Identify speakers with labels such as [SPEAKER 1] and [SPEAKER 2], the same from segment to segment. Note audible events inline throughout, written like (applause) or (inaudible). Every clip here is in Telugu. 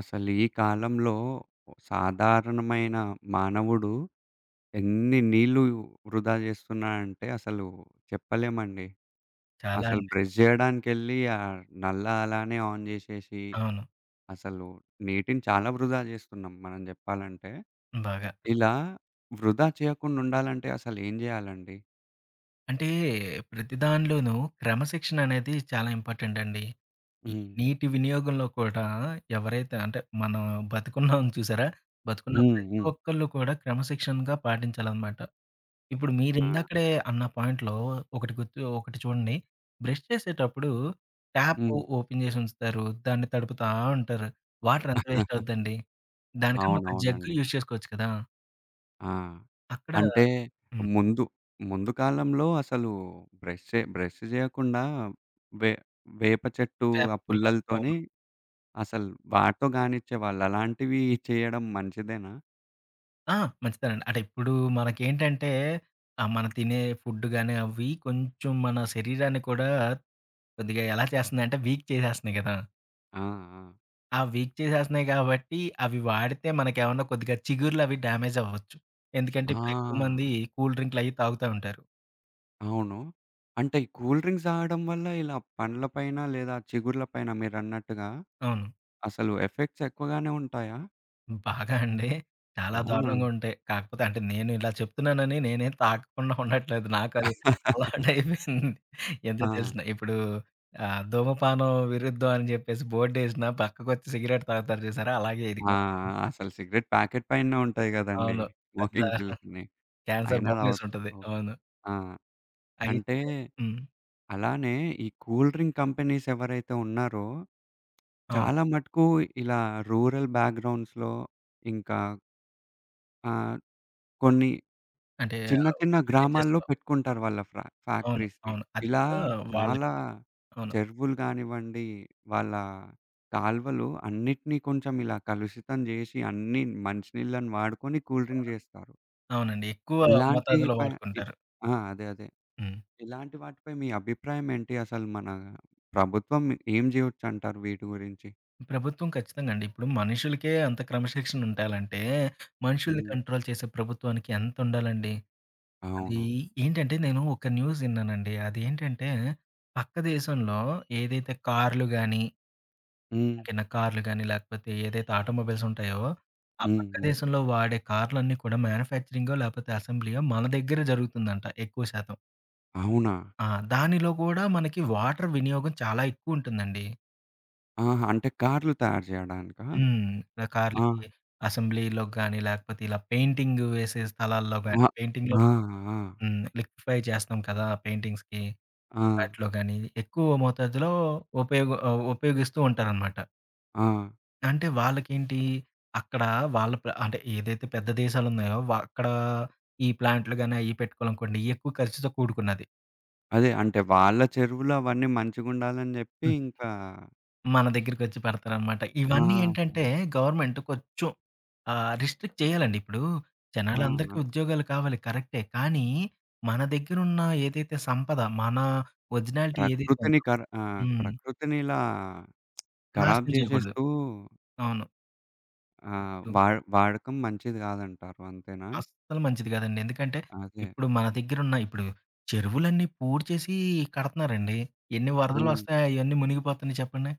[SPEAKER 1] అసలు ఈ కాలంలో సాధారణమైన మానవుడు ఎన్ని నీళ్ళు వృధా చేస్తున్నాడంటే అసలు చెప్పలేమండి.
[SPEAKER 2] చాలా
[SPEAKER 1] అసలు
[SPEAKER 2] అండి.
[SPEAKER 1] బ్రష్ జేయడానికెళ్ళి ఆ నల్లా అలానే ఆన్ జేసేసి,
[SPEAKER 2] అవును.
[SPEAKER 1] అసలు నీటిని చాలా వృధా జేస్తున్నాం మనం జెప్పాలంటే.
[SPEAKER 2] బాగా.
[SPEAKER 1] ఇలా వృధా చేయకుండా ఉండాలంటే అసలేం జేయాలండి?
[SPEAKER 2] అంటే ప్రతి దానిలోనూ క్రమశిక్షణ అనేది చాలా ఇంపార్టెంట్ అండి. ఈ
[SPEAKER 1] హ్మ్.
[SPEAKER 2] నీటి వినియోగంలో కూడా ఎవరైతే అంటే మనం బతుకున్నాం చూసారా? బతుకున్న
[SPEAKER 1] హ్మ్.
[SPEAKER 2] ప్రతి
[SPEAKER 1] హ్మ్.
[SPEAKER 2] ఒక్కళ్ళు కూడా క్రమశిక్షణగా పాటించాలనమాట. ఇప్పుడు
[SPEAKER 1] ఆ!
[SPEAKER 2] మీరిందాకడే అన్న పాయింట్‌లో ఒకటి చూడండి. బ్రష్ చేసేటప్పుడు ట్యాప్
[SPEAKER 1] హ్మ్.
[SPEAKER 2] ఓపెన్ చేసి ఉంచుతారు. దాన్ని తడుపుతా ఉంటారు. వాటర్ ఎంత వేస్ట్ అవుద్దండి. దానికన్నా ఒక జగ్
[SPEAKER 1] అవునవునండి.
[SPEAKER 2] యూజ్ చేసుకోవచ్చు కదా!
[SPEAKER 1] ఆ!
[SPEAKER 2] అక్కడ
[SPEAKER 1] అంటే
[SPEAKER 2] హ్మ్.
[SPEAKER 1] ముందు, ముందు కాలంలో అసలు బ్రష్ బ్రష్ జేయకుండా వే వేప చెట్టు
[SPEAKER 2] వేప
[SPEAKER 1] ఆ
[SPEAKER 2] పుల్ల.
[SPEAKER 1] పుల్లలతోని
[SPEAKER 2] అవును.
[SPEAKER 1] అసలు వాటితో గానిచ్చేవాళ్ళు. అలాంటివి చేయడం మంచిదేనా?
[SPEAKER 2] ఆ! మంచిదేనండి. అంటే ఇప్పుడు మనకేంటంటే మనం తినే ఫుడ్ గాని అవి కొంచెం మన శరీరాన్ని కూడా కొద్దిగా ఎలా చేస్తున్నాయంటే వీక్ చేసేస్తున్నాయి కదా!
[SPEAKER 1] ఆ! ఆ!
[SPEAKER 2] ఆ వీక్ చేసేస్తున్నాయి కాబట్టి అవి వాడితే మనకేమన్నా కొద్దిగా చిగుర్లు అవి డ్యామేజ్ అవ్వచ్చు. ఎందుకంటే ఇప్పుడు ఎక్కువ మంది
[SPEAKER 1] ఆ!
[SPEAKER 2] కూల్ డ్రింక్‌లయి తాగుతా ఉంటారు.
[SPEAKER 1] అవును. అంటే ఈ కూల్ డ్రింక్స్ తాగడం వల్ల ఇలా పండ్ల పైన లేదా చిగుర్ల పైన మీరన్నట్టుగా
[SPEAKER 2] అవును.
[SPEAKER 1] అసలు ఎఫెక్ట్స్ ఎక్కువగానే ఉంటాయా?
[SPEAKER 2] బాగా అండి. చాలా
[SPEAKER 1] అవునా?
[SPEAKER 2] దారుణంగా ఉంటాయి. కాకపోతే అంటే నేను ఇలా చెప్తున్నానని నేనేం తాకకుండా ఉండట్లేదు. నాకది
[SPEAKER 1] (laughs)
[SPEAKER 2] అలవాటు అయిపోయింది. ఎంత
[SPEAKER 1] ఆ!
[SPEAKER 2] తెలిసిన ఇప్పుడు ధూమపానం విరుద్ధం అని చెప్పేసి బోర్డేసినా పక్కకొచ్చి సిగరెట్ తాగుతారు చూసారా? అలాగే ఇది
[SPEAKER 1] ఆ!
[SPEAKER 2] కూడా.
[SPEAKER 1] అసలు సిగరెట్ ప్యాకెట్ పైనే ఉంటాయి గదండీ!
[SPEAKER 2] అవును. పెద్ద
[SPEAKER 1] స్మోకింగ్ కిల్స్‌ని.
[SPEAKER 2] క్యాన్సర్
[SPEAKER 1] అయినా తాగుతా.
[SPEAKER 2] బొమ్మేసుంటది.
[SPEAKER 1] ఓకే.
[SPEAKER 2] అవును.
[SPEAKER 1] ఆ! అంటే
[SPEAKER 2] అయితే హ్మ్.
[SPEAKER 1] అలానే ఈ కూల్ డ్రింక్ కంపెనీస్ ఎవరైతే ఉన్నారో,
[SPEAKER 2] అవును.
[SPEAKER 1] చాలా మటుకు ఇలా రూరల్ బ్యాక్‌గ్రౌండ్స్‌లో ఇంకా ఆహ్, కొన్ని
[SPEAKER 2] అంటే
[SPEAKER 1] చిన్న చిన్న గ్రామాల్లో
[SPEAKER 2] విలేజెస్‌లో
[SPEAKER 1] పెట్టుకుంటారు వాళ్ళ
[SPEAKER 2] అవును.
[SPEAKER 1] ఫ్యాక్టరీస్‌ని.
[SPEAKER 2] అవును. అది
[SPEAKER 1] ఇలా
[SPEAKER 2] కూడా
[SPEAKER 1] చాలా
[SPEAKER 2] వాళ్ళకి అవును.
[SPEAKER 1] చెరువులు గానివ్వండి, వాళ్ళ కాల్వలు అన్నిటిని కొంచెం ఇలా కలుషితం జేసి అన్ని మంచినీళ్ళని వాడుకొని కూల్ డ్రింక్ జేస్తారు.
[SPEAKER 2] అవునండి. ఎక్కువ
[SPEAKER 1] ఇలాంటి
[SPEAKER 2] మోతాదులో
[SPEAKER 1] ప ఇ
[SPEAKER 2] వాడుకుంటారు.
[SPEAKER 1] ఆ! అదే.
[SPEAKER 2] హ్మ్.
[SPEAKER 1] ఇలాంటి వాటిపై మీ అభిప్రాయం ఏంటి? అసలు మన ప్రభుత్వం ఏం జేయొచ్చంటారు వీటి గురించి?
[SPEAKER 2] ప్రభుత్వం ఖచ్చితంగా అండి. ఇప్పుడు మనుషులకే అంత క్రమశిక్షణ ఉండాలంటే, మనుషుల్ని
[SPEAKER 1] హ్మ్.
[SPEAKER 2] కంట్రోల్ చేసే ప్రభుత్వానికి ఎంతుండాలండి? అది
[SPEAKER 1] అవును.
[SPEAKER 2] ఏంటంటే, నేను ఒక న్యూస్ విన్నానండి. అదేంటంటే, పక్క దేశంలో ఏదైతే కార్లు గాని,
[SPEAKER 1] హ్మ్.
[SPEAKER 2] ఓకేనా కార్లు గాని, లేకపోతే ఏదైతే ఆటోమొబైల్స్ ఉంటాయో, ఆ
[SPEAKER 1] హ్మ్.
[SPEAKER 2] పక్క
[SPEAKER 1] హ్మ్.
[SPEAKER 2] దేశంలో వాడే కార్లన్నీ కూడా మ్యానుఫ్యాక్చరింగో, లేకపోతే అసెంబ్లీయో మన దగ్గర జరుగుతుందంట ఎక్కువ శాతం.
[SPEAKER 1] అవునా?
[SPEAKER 2] ఆ! దానిలో కూడా మనకి వాటర్ వినియోగం చాలా ఎక్కువుంటుందండి.
[SPEAKER 1] ఆహా! అంటే కార్లు తయారు జేయడానికా?
[SPEAKER 2] హ్మ్. ఇలా
[SPEAKER 1] ఆ!
[SPEAKER 2] కార్లకి అసెంబ్లీ‌లోకి గాని, లేకపోతే ఇలా పెయింటింగ్ వేసే స్థలాల్లో గాని,
[SPEAKER 1] ఆ!
[SPEAKER 2] పెయింటింగ్‌లో
[SPEAKER 1] ఆ! ఆ!
[SPEAKER 2] హ్మ్. లిక్విఫై చేస్తాం కదా! పెయింటింగ్స్‌కి
[SPEAKER 1] ఆ!
[SPEAKER 2] వాటిలో గాని, ఎక్కువ మోతాదులో ఉపయోగిస్తూ ఉంటారనమాట.
[SPEAKER 1] ఆ!
[SPEAKER 2] అంటే వాళ్ళకేంటి, అక్కడ వాళ్ళ ప్ర అంటే ఏదైతే పెద్ద దేశాలున్నాయో, వ అక్కడ ఈ ప్లాంట్లు గాని అయ్యి పెట్టుకోవాలనుకోండి, ఎక్కువ ఖర్చుతో కూడుకున్నది.
[SPEAKER 1] అదే అంటే వాళ్ళ చెరువులు అవన్నీ మంచిగుండాలని జెప్పి ఇంకా
[SPEAKER 2] మన దగ్గరికొచ్చి పెడతారనమాట. హ్మ్. ఇవన్నీ
[SPEAKER 1] ఆహా!
[SPEAKER 2] ఏంటంటే గవర్నమెంట్ కొంచెం రిస్ట్రిక్ట్ చేయాలండి. ఇప్పుడు హ్మ్.
[SPEAKER 1] ఆ!
[SPEAKER 2] జనాలందరికీ
[SPEAKER 1] ఆ!
[SPEAKER 2] ఉద్యోగాలు కావాలి కరెక్టే. కానీ మన దగ్గరున్న ఏదైతే సంపద, మన ఒరిజినాలిటీ ఏదైతే
[SPEAKER 1] ప్రకృతిని
[SPEAKER 2] ఉందో
[SPEAKER 1] కర ఆ!
[SPEAKER 2] హ్మ్.
[SPEAKER 1] ప్రకృతిని ఇలా ఖరాబ్
[SPEAKER 2] నాశనం చేయకూడదు.
[SPEAKER 1] జేసేస్తూ
[SPEAKER 2] అవును.
[SPEAKER 1] ఆహ్,
[SPEAKER 2] ఇప్పుడు
[SPEAKER 1] వాడ్ వాడకం మంచిది గాదంటారు అంతేనా?
[SPEAKER 2] అస్సలు మంచిది కాదండి. ఎందుకంటే
[SPEAKER 1] అదే.
[SPEAKER 2] ఇప్పుడు మన దగ్గరున్న ఇప్పుడు చెరువులన్నీ పూడ్చేసి కడతన్నారండి. ఎన్ని వరదలు
[SPEAKER 1] హ్మ్.
[SPEAKER 2] వస్తాయి అయన్నీ మునిగిపోతున్నాయి చెప్పండి?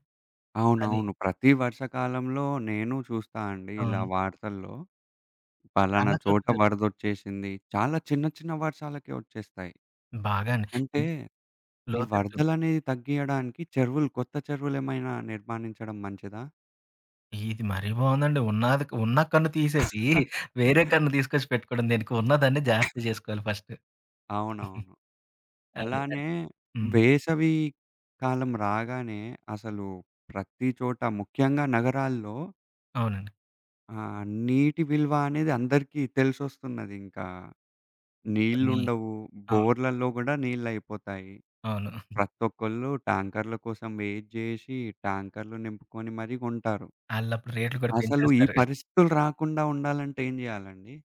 [SPEAKER 2] అది.
[SPEAKER 1] అవునవును. ప్రతి వర్షాకాలంలో నేను చూస్తా అండి ఇలా
[SPEAKER 2] అవును.
[SPEAKER 1] వార్తల్లో. పలానా
[SPEAKER 2] చాలా చోట్ల
[SPEAKER 1] చోట
[SPEAKER 2] జరుగు
[SPEAKER 1] వరదొచ్చేసింది. చాలా చిన్న చిన్న వర్షాలకే వచ్చేస్తాయి.
[SPEAKER 2] బాగా అండి.
[SPEAKER 1] అంటే
[SPEAKER 2] అంటే
[SPEAKER 1] ఈ
[SPEAKER 2] లోతట్టు
[SPEAKER 1] వరదలనేవి తగ్గియడానికి చెరువులు కొత్త చెరువులేమైనా నిర్మాణించడం మంచిదా?
[SPEAKER 2] ఇది మరీ బావుందండి. ఉన్నాది ఉన్న కన్ను తీసేసి, వేరే కన్ను తీసుకొచ్చి పెట్టుకోవడం దేనికి? ఉన్నదాన్నే జాగ్రత్త జేసుకోవాలి ఫస్ట్.
[SPEAKER 1] అవునవును.
[SPEAKER 2] అది. అది.
[SPEAKER 1] అలానే
[SPEAKER 2] హ్మ్.
[SPEAKER 1] వేసవి కాలం రాగానే అసలు ప్రతి చోట ముఖ్యంగా నగరాల్లో
[SPEAKER 2] అవునండి.
[SPEAKER 1] నీటి విలువ అనేది అందరికీ తెలిసొస్తున్నదింకా.
[SPEAKER 2] కొన్ని
[SPEAKER 1] నీళ్ళుండవు.
[SPEAKER 2] అవును.
[SPEAKER 1] బోర్‌లలో గూడా నీళ్ళయిపోతాయి.
[SPEAKER 2] అవును.
[SPEAKER 1] ప్రతొక్కళ్ళు ట్యాంకర్‌ల కోసం వెయిట్ జేషి, ట్యాంకర్‌లు నింపుకొని మరీ కొంటారు.
[SPEAKER 2] ఆళ్ళప్పుడు రేట్లు కూడా
[SPEAKER 1] అసలు ఈ
[SPEAKER 2] పెంచేస్తారు.
[SPEAKER 1] పరిస్థితులు రాకుండా ఉండాలంటే ఏం జేయాలండి?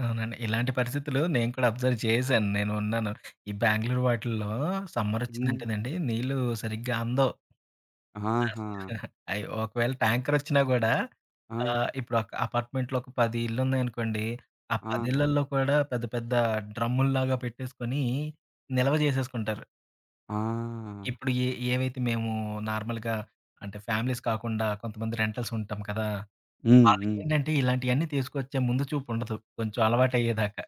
[SPEAKER 2] అవునండి. ఇలాంటి పరిస్థితులు నేను కూడా అబ్జర్వ్ చేశాను. నేను ఉన్నాను. ఈ బెంగుళూరు వాటిల్లో
[SPEAKER 1] హ్మ్.
[SPEAKER 2] సమ్మరొచ్చిందంటేనండి, నీళ్లు సరిగ్గా అందవు.
[SPEAKER 1] ఆహా!
[SPEAKER 2] అయ్యో! ఒకవేళ ట్యాంకరొచ్చినా గూడా
[SPEAKER 1] ఆ!
[SPEAKER 2] ఇప్పుడు ఒక అపార్ట్‌మెంట్‌లో ఒక 10 ఇళ్ళున్నాయనుకోండి. ఆ
[SPEAKER 1] ఆ!
[SPEAKER 2] 10
[SPEAKER 1] ఆ!
[SPEAKER 2] ఇళ్ళల్లో కూడా పెద్ద పెద్ద డ్రమ్ముల్లాగా పెట్టేసుకొని నిల్వ జేసేసుకుంటారు.
[SPEAKER 1] ఆ!
[SPEAKER 2] ఇప్పుడు ఏవైతే మేము నార్మల్‌గా అంటే ఫ్యామిలీస్ కాకుండా కొంతమంది రెంటల్స్ ఉంటాం కదా!
[SPEAKER 1] హ్మ్. హ్మ్.
[SPEAKER 2] వాళ్ళకేంటంటే ఇలాంటియన్నీ తీసుకొచ్చే ముందు చూపుండదు. కొంచెం అలవాటయ్యేదాకా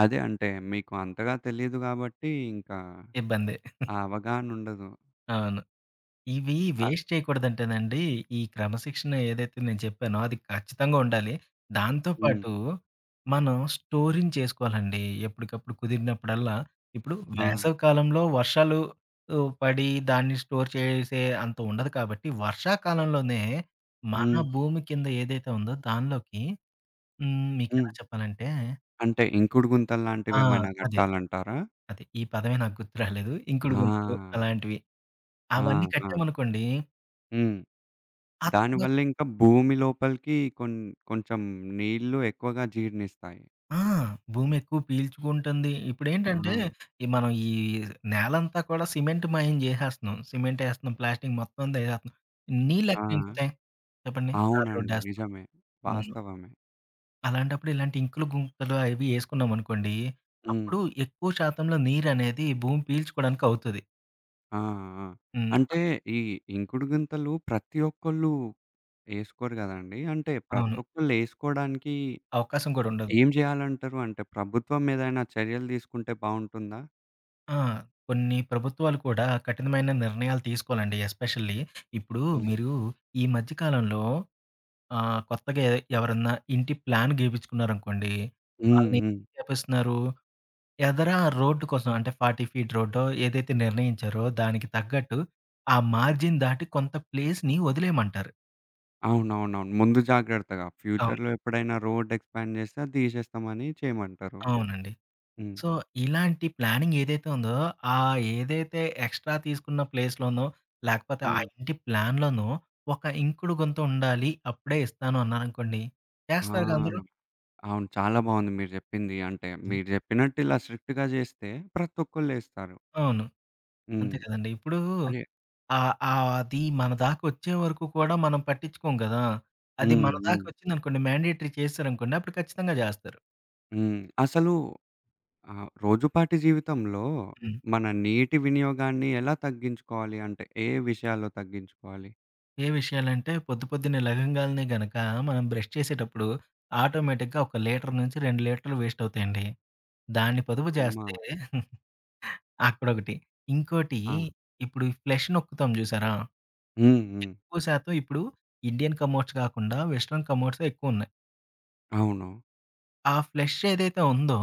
[SPEAKER 1] అదే అంటే మీకు అంతగా తెలీదు గాబట్టి ఇంకా
[SPEAKER 2] ఇబ్బందే.
[SPEAKER 1] ఆ అవగాహనుండదు.
[SPEAKER 2] అవును. ఇవి
[SPEAKER 1] అ
[SPEAKER 2] వేస్ట్ చేయకూడదంటేనండి, ఈ క్రమశిక్షణ ఏదైతే నేను చెప్పానో అది ఖచ్చితంగా ఉండాలి. దాంతో
[SPEAKER 1] హ్మ్.
[SPEAKER 2] పాటు మనం స్టోరింగ్ చేసుకోవాలండి. ఎప్పటికప్పుడు కుదిరినప్పుడల్లా ఇప్పుడు
[SPEAKER 1] ఆ!
[SPEAKER 2] వేసవి కాలంలో వర్షాలు పడి దాన్ని స్టోర్ చేసే అంత ఉండదు కాబట్టి, వర్షాకాలంలోనే మన
[SPEAKER 1] హ్మ్.
[SPEAKER 2] భూమి కింద ఏదైతే ఉందో దానిలోకి హ్మ్.
[SPEAKER 1] హ్మ్.
[SPEAKER 2] మీకెలా చెప్పాలంటే
[SPEAKER 1] అంటే ఇంకుడు
[SPEAKER 2] ఆ!
[SPEAKER 1] గుంతల్లాంటివేమైనా
[SPEAKER 2] అదే.
[SPEAKER 1] గట్టాలంటారా?
[SPEAKER 2] అదే. ఈ పదమే నాకు గుర్తు రాలేదు. ఇంకుడు గుంతలు
[SPEAKER 1] ఆ!
[SPEAKER 2] అలాంటివి.
[SPEAKER 1] ఆ!
[SPEAKER 2] అవన్నీ
[SPEAKER 1] ఆ!
[SPEAKER 2] కట్టామనుకోండి,
[SPEAKER 1] హ్మ్.
[SPEAKER 2] ఆ తర్వాత
[SPEAKER 1] దానివల్ల ఇంకా భూమి లోపలికి కొంచెం నీళ్ళు ఎక్కువగా జీర్ణిస్తాయి.
[SPEAKER 2] ఆ! భూమి ఎక్కువ పీల్చుకుంటుంది.
[SPEAKER 1] ఆ!
[SPEAKER 2] ఇప్పుడేంటంటే, మనం ఈ నేలంతా కూడా సిమెంట్ మయం జేసేస్తున్నాం. సిమెంట్ ఏస్తున్నాం, ప్లాస్టిక్ మొత్తం అంతా ఏసేస్తున్నాం.
[SPEAKER 1] ఆ!
[SPEAKER 2] నీళ్ళెక్కడ ఇంకుతాయి? చెప్పండి. తారు
[SPEAKER 1] అవునండి.
[SPEAKER 2] రోడ్డేస్తాం.
[SPEAKER 1] నిజమే.
[SPEAKER 2] అవును.
[SPEAKER 1] వాస్తవమే.
[SPEAKER 2] అలాంటప్పుడు ఇలాంటి ఇంకులు, గుంతలు అవి ఏసుకున్నామనుకోండి,
[SPEAKER 1] హ్మ్.
[SPEAKER 2] అప్పుడు ఎక్కువ శాతంలో నీరనేది భూమి పీల్చుకోవడానికి అవుతది.
[SPEAKER 1] ఆ! ఆ!
[SPEAKER 2] హ్మ్.
[SPEAKER 1] అంటే ఈ ఇంకుడు గుంతలు ప్రతి ఒక్కళ్ళు ఏసుకోరు గదండీ. అంటే ప్రతి
[SPEAKER 2] అవును.
[SPEAKER 1] ఒక్కళ్ళు ఏసుకోడానికి
[SPEAKER 2] అవకాశం కూడా ఉండదు.
[SPEAKER 1] ఏం జేయాలంటారు? అంటే ప్రభుత్వం ఏదైనా చర్యలు తీసుకుంటే బావుంటుందా?
[SPEAKER 2] ఆ! కొన్ని ప్రభుత్వాలు కూడా కఠినమైన నిర్ణయాలు తీసుకోవాలండి. ఎస్పెషల్లీ ఇప్పుడు
[SPEAKER 1] హ్మ్.
[SPEAKER 2] మీరు ఈ మధ్య కాలంలో ఆ! కొత్తగా ఎ ఎవరన్నా ఇంటి ప్లాన్ గీపించుకున్నారనుకోండి.
[SPEAKER 1] హ్మ్.
[SPEAKER 2] వాళ్ళని
[SPEAKER 1] హ్మ్.
[SPEAKER 2] చేపిస్తున్నారు. ఎదర రోడ్డు కోసం అంటే 40 ఫీట్ రోడ్డో ఏదైతే నిర్ణయించారో దానికి తగ్గట్టు ఆ మార్జిన్ దాటి కొంత ప్లేస్‌ని వదిలేయమంటారు.
[SPEAKER 1] అవునవునవును. ముందు జాగ్రత్తగా ఫ్యూచర్‌లో
[SPEAKER 2] అవును.
[SPEAKER 1] ఎప్పుడైనా రోడ్ ఎక్స్‌పాండ్ జేస్తే అది తీసేస్తామని చేయమంటారు.
[SPEAKER 2] అవునండి.
[SPEAKER 1] హ్మ్.
[SPEAKER 2] సో, ఇలాంటి ప్లానింగ్ ఏదైతే ఉందో ఆ ఏదైతే ఎక్స్‌ట్రా తీసుకున్న ప్లేస్‌లోనో లేకపోతే ఆ
[SPEAKER 1] హ్మ్.
[SPEAKER 2] ఇంటి ప్లాన్‌లోనో ఒక ఇంకుడు గుంత ఉండాలి. అప్పుడే ఇస్తాను అన్నారనుకోండి.
[SPEAKER 1] ఆ!
[SPEAKER 2] చేస్తారుగా అందరూ.
[SPEAKER 1] అవును. చాలా బావుంది మీరు జెప్పింది. అంటే మీరు జెప్పినట్టు ఇలా స్ట్రిక్ట్‌గా జేస్తే ప్రతి ఒక్కళ్ళేస్తారు.
[SPEAKER 2] అవును.
[SPEAKER 1] హ్మ్.
[SPEAKER 2] అంతే కదండీ. ఇప్పుడు
[SPEAKER 1] అదే.
[SPEAKER 2] ఆహ్, ఆహ్, అది మన దాకొచ్చే వరకు కూడా మనం పట్టించుకోం గదా! అది
[SPEAKER 1] హ్మ్.
[SPEAKER 2] మన
[SPEAKER 1] హ్మ్.
[SPEAKER 2] దాకొచ్చిందనుకోండి మ్యాండేటరీ చేసేసారనుకోండి అప్పుడు ఖచ్చితంగా జేస్తారు.
[SPEAKER 1] హ్మ్. అసలు రోజుపాటి జీవితంలో
[SPEAKER 2] హ్మ్.
[SPEAKER 1] మన నీటి వినియోగాన్ని ఎలా తగ్గించుకోవాలి? అంటే ఏ విషయాల్లో తగ్గించుకోవాలి?
[SPEAKER 2] ఏ విషయాలంటే పొద్దు పొద్దున్నే లెగంగాల్నే గనక మనం బ్రష్ చేసేటప్పుడు ఆటోమేటిక్‌గా 1 లీటర్ నుంచి 2 లీటర్లు వేస్ట్ అవుతాయండి. దాన్ని పొదుపు
[SPEAKER 1] అమ్మ!
[SPEAKER 2] జేస్తే (laughs) అక్కడొకటి. ఇంకోటి
[SPEAKER 1] ఆ!
[SPEAKER 2] ఇప్పుడు ఈ ఫ్లష్ నొక్కుతాం జూసారా?
[SPEAKER 1] హ్మ్. హ్మ్.
[SPEAKER 2] ఎక్కువ శాతం ఇప్పుడు ఇండియన్ కమోడ్స్ గాకుండా వెస్టర్న్ కమోడ్సే ఎక్కువున్నాయి.
[SPEAKER 1] అవును.
[SPEAKER 2] ఆ ఫ్లష్ ఏదైతే ఉందో,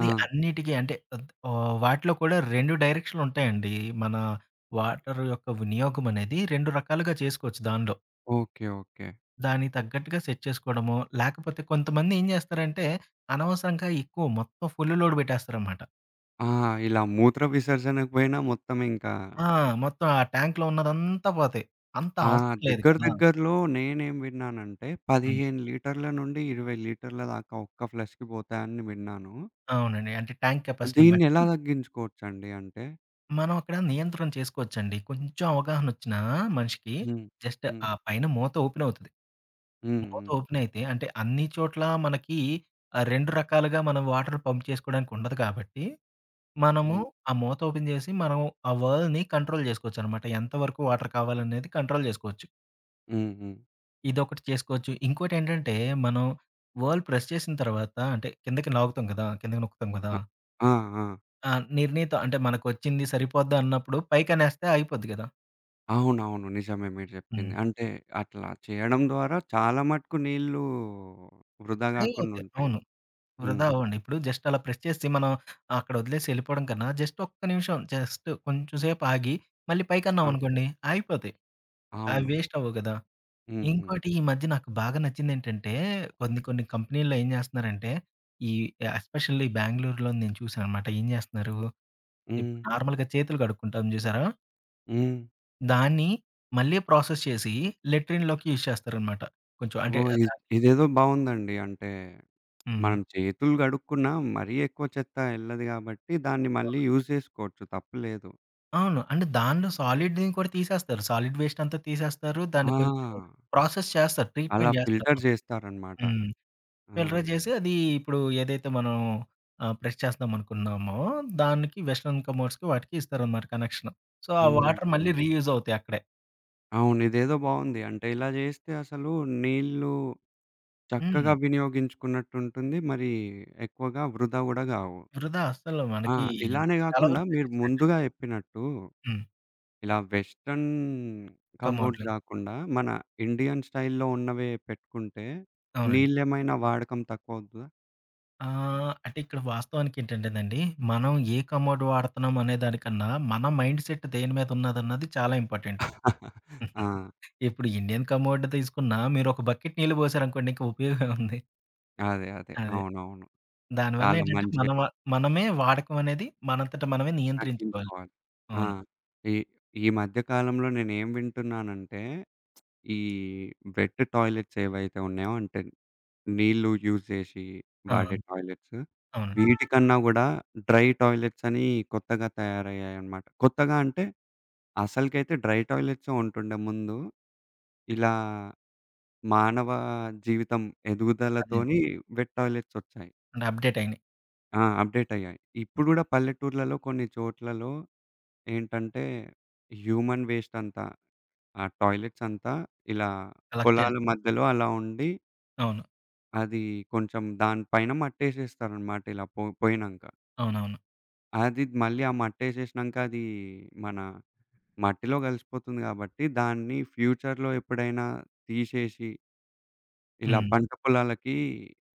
[SPEAKER 1] ఆ!
[SPEAKER 2] అన్నిటికి అంటే వాటిలో కూడా 2 డైరెక్షన్‌లుంటాయండి. మన వాటర్ యొక్క వినియోగం అనేది 2 రకాలుగా చేసుకోవచ్చు దానిలో.
[SPEAKER 1] ఓకే. ఓకే.
[SPEAKER 2] దానికి తగ్గట్టుగా సెట్ చేసుకోవడమో, లేకపోతే కొంతమంది ఏం చేస్తారంటే, అనవసరంగా ఎక్కువ మొత్తం ఫుల్ లోడ్ పెట్టేస్తారనమాట.
[SPEAKER 1] ఆ! ఇలా మూత్ర విసర్జనకు పోయినా మొత్తం ఇంకా
[SPEAKER 2] ఆ! మొత్తం ఆ ట్యాంక్‌లో ఉన్నదంతా పోతాయి. అంత
[SPEAKER 1] ఆ!
[SPEAKER 2] అవసరం లేదు
[SPEAKER 1] దగ్గర
[SPEAKER 2] కదా!
[SPEAKER 1] దగ్గరలో నేనేం విన్నానంటే
[SPEAKER 2] హ్మ్.
[SPEAKER 1] 15 లీటర్ల నుండి 20 లీటర్ల దాకా ఒక్క ఫ్లష్‌కి పోతాయని విన్నాను.
[SPEAKER 2] అవునండి. అంటే ట్యాంక్ కెపాసిటీని బట్టి
[SPEAKER 1] దీన్నెలా తగ్గించుకోవచ్చండి అంటే?
[SPEAKER 2] మనం అక్కడ నియంత్రణ చేసుకోవచ్చండి. కొంచెం అవగాహనొచ్చిన మనిషికి
[SPEAKER 1] హ్మ్.
[SPEAKER 2] జస్ట్
[SPEAKER 1] హ్మ్.
[SPEAKER 2] ఆ పైన మూత ఓపెన్ అవుతది.
[SPEAKER 1] హ్మ్.
[SPEAKER 2] మూత
[SPEAKER 1] హ్మ్.
[SPEAKER 2] ఓపెన్ అయితే అంటే అన్ని చోట్ల మనకి 2 రకాలుగా మనం వాటర్ పంప్ చేసుకోవడానికి ఉండదు కాబట్టి, మనము
[SPEAKER 1] హ్మ్.
[SPEAKER 2] ఆ మూత ఓపెన్ చేసి మనం ఆ వరల్డ్‌ని కంట్రోల్ చేసుకోవచ్చనమాట. ఎంత వరకు వాటర్ కావాలనేది కంట్రోల్ చేసుకోవచ్చు.
[SPEAKER 1] హ్మ్. హ్మ్.
[SPEAKER 2] ఇదొకటి చేసుకోవచ్చు. ఇంకోటేంటంటే మనం వరల్డ్ ప్రెస్ చేసిన తర్వాత అంటే కిందకి లాగుతాం కదా! కిందకి నొక్కుతాం కదా!
[SPEAKER 1] అ ఆ! ఆ!
[SPEAKER 2] ఆ! నిర్ణీత అంటే మనకొచ్చింది సరిపోద్దన్నప్పుడు పైకనేస్తే అయిపోద్ది కదా!
[SPEAKER 1] అవునవును. నిజమే మీరు చెప్పింది.
[SPEAKER 2] హ్మ్.
[SPEAKER 1] అంటే అట్లా చేయడం ద్వారా చాలా మటుకు నీళ్ళు వృధా
[SPEAKER 2] సేవ్
[SPEAKER 1] గాకుండా
[SPEAKER 2] అవుతాయి.
[SPEAKER 1] ఉంటాయి.
[SPEAKER 2] అవును.
[SPEAKER 1] హ్మ్.
[SPEAKER 2] వృధా అవ్వండి. ఇప్పుడు జస్ట్ అలా ప్రెస్ చేసి మనం అక్కడ వదిలేసి ఎళ్ళిపోవడం కన్నా జస్ట్ ఒక్క నిమిషం జస్ట్ కొంచెం సేపు ఆగి మళ్ళీ
[SPEAKER 1] ఆ!
[SPEAKER 2] పైకన్నామనుకోండి ఆగిపోతాయి. అవి
[SPEAKER 1] అవును.
[SPEAKER 2] వేస్ట్ అవ్వవు కదా!
[SPEAKER 1] హ్మ్. హ్మ్.
[SPEAKER 2] ఇంకోటి ఈ మధ్య నాకు బాగా నచ్చిందేంటంటే కొన్ని కొన్ని కంపెనీల్లో ఏం చేస్తున్నారంటే ఈ ఎస్పెషల్లీ బెంగుళూరులో నేను చూసాననమాట. ఏం చేస్తున్నారు
[SPEAKER 1] హ్మ్.
[SPEAKER 2] ఇప్పుడు నార్మల్‌గా చేతులు కడుక్కుంటాం చూసారా?
[SPEAKER 1] హ్మ్.
[SPEAKER 2] దాన్ని మళ్ళీ ప్రాసెస్ చేసి లెట్రిన్‌లోకి యూజ్ చేస్తారనమాట. కొంచెం అంటే
[SPEAKER 1] ఓహ్!
[SPEAKER 2] దాన్ని
[SPEAKER 1] ఇదేదో బావుందండి. అంటే
[SPEAKER 2] హ్మ్.
[SPEAKER 1] మనం చేతులు కడుక్కున్నా మరీ ఎక్కువ చెత్త ఎళ్ళదు గాబట్టి, దాన్ని మళ్ళీ యూజ్ జేసుకోవచ్చు తప్పులేదు.
[SPEAKER 2] అవును. అంటే దానిలో సాలిడ్‌ని కూడా తీసేస్తారు. సాలిడ్ వేస్ట్ అంతా తీసేస్తారు. దాన్ని కొంచెం
[SPEAKER 1] ఆ!
[SPEAKER 2] ప్రాసెస్ చేస్తారు.
[SPEAKER 1] అలా
[SPEAKER 2] ట్రీట్‌మెంట్
[SPEAKER 1] ఫిల్టర్
[SPEAKER 2] చేస్తారనమాట.
[SPEAKER 1] జేస్తారనమాట.
[SPEAKER 2] హ్మ్.
[SPEAKER 1] ఆ!
[SPEAKER 2] ఫిల్టర్ చేసి అది ఇప్పుడు ఏదైతే మనం ప్రెస్ చేస్తాం అనుకున్నామో దానికి వెస్టర్న్ కమోడ్స్‌కి వాటికి ఇస్తారనమాట కనెక్షన్. సో, ఆ వాటర్ మళ్ళీ
[SPEAKER 1] హుహు.
[SPEAKER 2] రీయూజ్ అవుతాయి అక్కడే.
[SPEAKER 1] అవును. ఇదేదో బావుంది. అంటే ఇలా జేస్తే అసలు నీళ్ళు చక్కగా
[SPEAKER 2] హ్మ్.
[SPEAKER 1] వినియోగించుకున్నట్టుంటుంది. మరి ఎక్కువగా వృధా గూడా గావు.
[SPEAKER 2] వృధా అస్సలు
[SPEAKER 1] ఆ!
[SPEAKER 2] మనకి
[SPEAKER 1] ఇలానే
[SPEAKER 2] చాలా
[SPEAKER 1] గాకుండా
[SPEAKER 2] వరకు
[SPEAKER 1] మీరు
[SPEAKER 2] తగ్గించినట్టే.
[SPEAKER 1] ముందుగా జెప్పినట్టు
[SPEAKER 2] హ్మ్.
[SPEAKER 1] ఇలా వెస్టర్న్ కంబోర్డ్స్
[SPEAKER 2] కమోడ్‌లు.
[SPEAKER 1] గాకుండా మన ఇండియన్ స్టైల్‌లో ఉన్నవే పెట్టుకుంటే
[SPEAKER 2] అవునండి.
[SPEAKER 1] నీళ్ళేమైనా వాడకం తక్కువవుతదా?
[SPEAKER 2] అంటే ఇక్కడ వాస్తవానికి ఏంటంటేనండి, మనం ఏ కమోడ్ వాడుతున్నాం అనే దానికన్నా మన మైండ్ సెట్ దేని మీద ఉన్నదన్నది చాలా ఇంపార్టెంట్.
[SPEAKER 1] ఆ!
[SPEAKER 2] ఇప్పుడు ఇండియన్ కమోడ్ తీసుకున్నా మీరొక బకెట్ నీళ్ళు పోసారనుకోండి ఇంక ఉపయోగం ఉంది.
[SPEAKER 1] అదే.
[SPEAKER 2] అదే.
[SPEAKER 1] అవునవును.
[SPEAKER 2] దానివల్ల
[SPEAKER 1] చాలా
[SPEAKER 2] ఏంటంటే
[SPEAKER 1] మంచిగా
[SPEAKER 2] మన వ మనమే వాడకం అనేది మనంతట మనమే నియంత్రించుకోవాలి.
[SPEAKER 1] తగ్గించుకోవాలి. ఆ!
[SPEAKER 2] అవును.
[SPEAKER 1] ఈ ఈ మధ్య కాలంలో నేనేం వింటున్నానంటే, ఈ వెట్ టాయిలెట్స్ ఏవైతే ఉన్నాయో అంటే నీళ్ళు యూజ్ చేసి
[SPEAKER 2] ఆ!
[SPEAKER 1] వాడే టాయిలెట్స్,
[SPEAKER 2] అవునండి.
[SPEAKER 1] వీటికన్నా గూడా డ్రై టాయిలెట్స్ అని కొత్తగా తయారయ్యాయన్నమాట. కొత్తగా అంటే అసలుకైతే డ్రై టాయిలెట్సే ఉంటుండే ముందు. ఇలా మానవ జీవితం
[SPEAKER 2] అదే.
[SPEAKER 1] ఎదుగుదలతోని వెట్ టాయిలెట్స్ వచ్చాయి.
[SPEAKER 2] అంటే అప్‌డేట్ అయినాయి.
[SPEAKER 1] ఆ! అప్‌డేట్ అయ్యాయి. ఇప్పుడు గూడా పల్లెటూర్లలో కొన్ని చోట్లలో ఏంటంటే, హ్యూమన్ వేస్ట్ అంతా ఆ టాయిలెట్స్ అంతా ఇలా
[SPEAKER 2] కలెక్ట్
[SPEAKER 1] పొలాల
[SPEAKER 2] చేసి
[SPEAKER 1] మధ్యలో అలా ఉండి,
[SPEAKER 2] అవును.
[SPEAKER 1] అది కొంచెం దానిపైన మట్టేసేస్తారనమాట ఇలా పోయినంక.
[SPEAKER 2] అవునవును.
[SPEAKER 1] అది మళ్ళీ ఆ మట్టేసేసినంక అది మన మట్టిలో కలిసిపోతుంది గాబట్టి, దాన్ని ఫ్యూచర్‌లో ఎప్పుడైనా తీసేసి, ఇలా
[SPEAKER 2] హ్మ్.
[SPEAKER 1] పంట పొలాలకి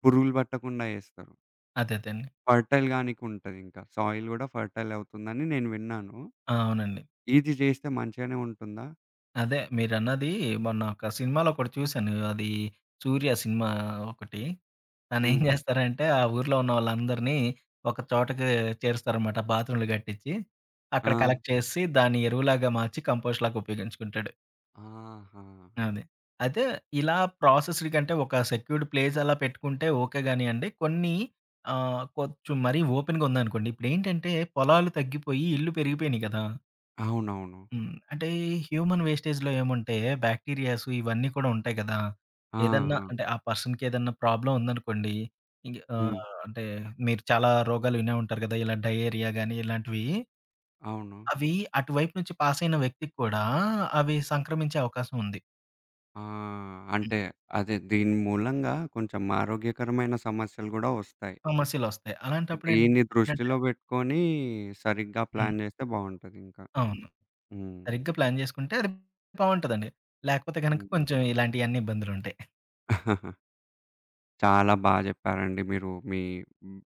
[SPEAKER 1] పురుగులు పట్టకుండా ఏస్తారు.
[SPEAKER 2] అదే అదే అండి.
[SPEAKER 1] ఫెర్టైల్ గానీకుంటదింకా. సాయిల్ గూడా ఫెర్టైల్ అవుతుందని నేను విన్నాను.
[SPEAKER 2] ఆ! అవునండి.
[SPEAKER 1] ఇది జేస్తే మంచిగానే ఉంటుందా?
[SPEAKER 2] అదే మీరన్నది మొన్న ఒక సినిమాలో ఒకటి చూశాను. అది 'సూర్య' సినిమా ఒకటి. తనేం
[SPEAKER 1] హ్మ్.
[SPEAKER 2] హ్మ్. జేస్తారంటే, ఆ ఊర్లో ఉన్న వాళ్ళందరినీ ఒక చోటకి చేరుస్తారనమాట. బాత్రూమ్‌లు గట్టిచ్చి, అక్కడ హ్మ్.
[SPEAKER 1] ఆ!
[SPEAKER 2] కలెక్ట్ చేసి, దాన్ని ఎరువులాగా మార్చి కంపోస్ట్‌లాగా ఉపయోగించుకుంటాడు.
[SPEAKER 1] ఆహా!
[SPEAKER 2] అది. అయితే ఇలా ప్రాసెస్డ్ కంటే ఒక సెక్యూర్డ్ ప్లేస్ అలా పెట్టుకుంటే ఓకే గానియండి. కొన్ని కొంచెం మరీ ఓపెన్‌గా ఉందనుకోండి. ఇప్పుడేంటంటే పొలాలు తగ్గిపోయి ఇళ్ళు పెరిగిపోయినియి గదా!
[SPEAKER 1] అవునవును.
[SPEAKER 2] హ్మ్. అంటే హ్యూమన్ వేస్టేజ్‌లో ఏముంటే బాక్టీరియాస్ ఇవన్నీ కూడా ఉంటాయి గదా!
[SPEAKER 1] ఆ!
[SPEAKER 2] ఏదన్నా హ్మ్.
[SPEAKER 1] ఆ!
[SPEAKER 2] అంటే ఆ పర్సన్‌కి ఏదన్నా ప్రాబ్లమ్ ఉందనుకోండి. ఇంగ హ్మ్.
[SPEAKER 1] హ్మ్.
[SPEAKER 2] అంటే మీరు చాలా రోగాలు వినే ఉంటారు గదా! ఇలా డయేరియా గాని ఇలాంటివి.
[SPEAKER 1] అవును.
[SPEAKER 2] అవి అటువైపు నుంచి పాస్ అయిన వ్యక్తికి కూడా అవి సంక్రమించే అవకాశం ఉంది.
[SPEAKER 1] ఆ!
[SPEAKER 2] హ్మ్.
[SPEAKER 1] అంటే అదే దీని మూలంగా కొంచెం ఆరోగ్యకరమైన సమస్యలు గూడా వస్తాయి.
[SPEAKER 2] సమస్యలొస్తాయి. అలాంటప్పుడు
[SPEAKER 1] దీన్ని
[SPEAKER 2] ఏంటంటే
[SPEAKER 1] దృష్టిలో బెట్టుకొని సరిగ్గా
[SPEAKER 2] హ్మ్.
[SPEAKER 1] ప్లాన్ జేస్తే బావుంటదింకా.
[SPEAKER 2] అవును.
[SPEAKER 1] హ్మ్.
[SPEAKER 2] సరిగ్గా ప్లాన్ జేసుకుంటే అది బావుంటదండి. లేకపోతే గనక
[SPEAKER 1] హుహు.
[SPEAKER 2] కొంచెం ఇలాంటియన్నీ ఇబ్బందులుంటాయి.
[SPEAKER 1] చాలా బా జెప్పారండి మీరు. మీ హ్మ్,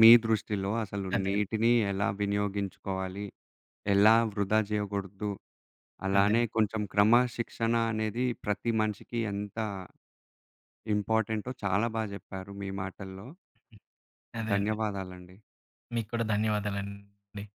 [SPEAKER 1] మీ దృష్టిలో అసలు
[SPEAKER 2] అదే అండి.
[SPEAKER 1] నీటిని ఎలా వినియోగించుకోవాలి? ఎలా వృధా జేయగూడదు?
[SPEAKER 2] అదే అండి.
[SPEAKER 1] అలానే కొంచెం క్రమశిక్షణ అనేది ప్రతి మనిషికి ఎంత ఇంపార్టెంటో చాలా బాగా చెప్పారు మీ మాటల్లో.
[SPEAKER 2] అదే అండి.
[SPEAKER 1] ధన్యవాదాలండి.
[SPEAKER 2] మీకు కూడా ధన్యవాదాలండి.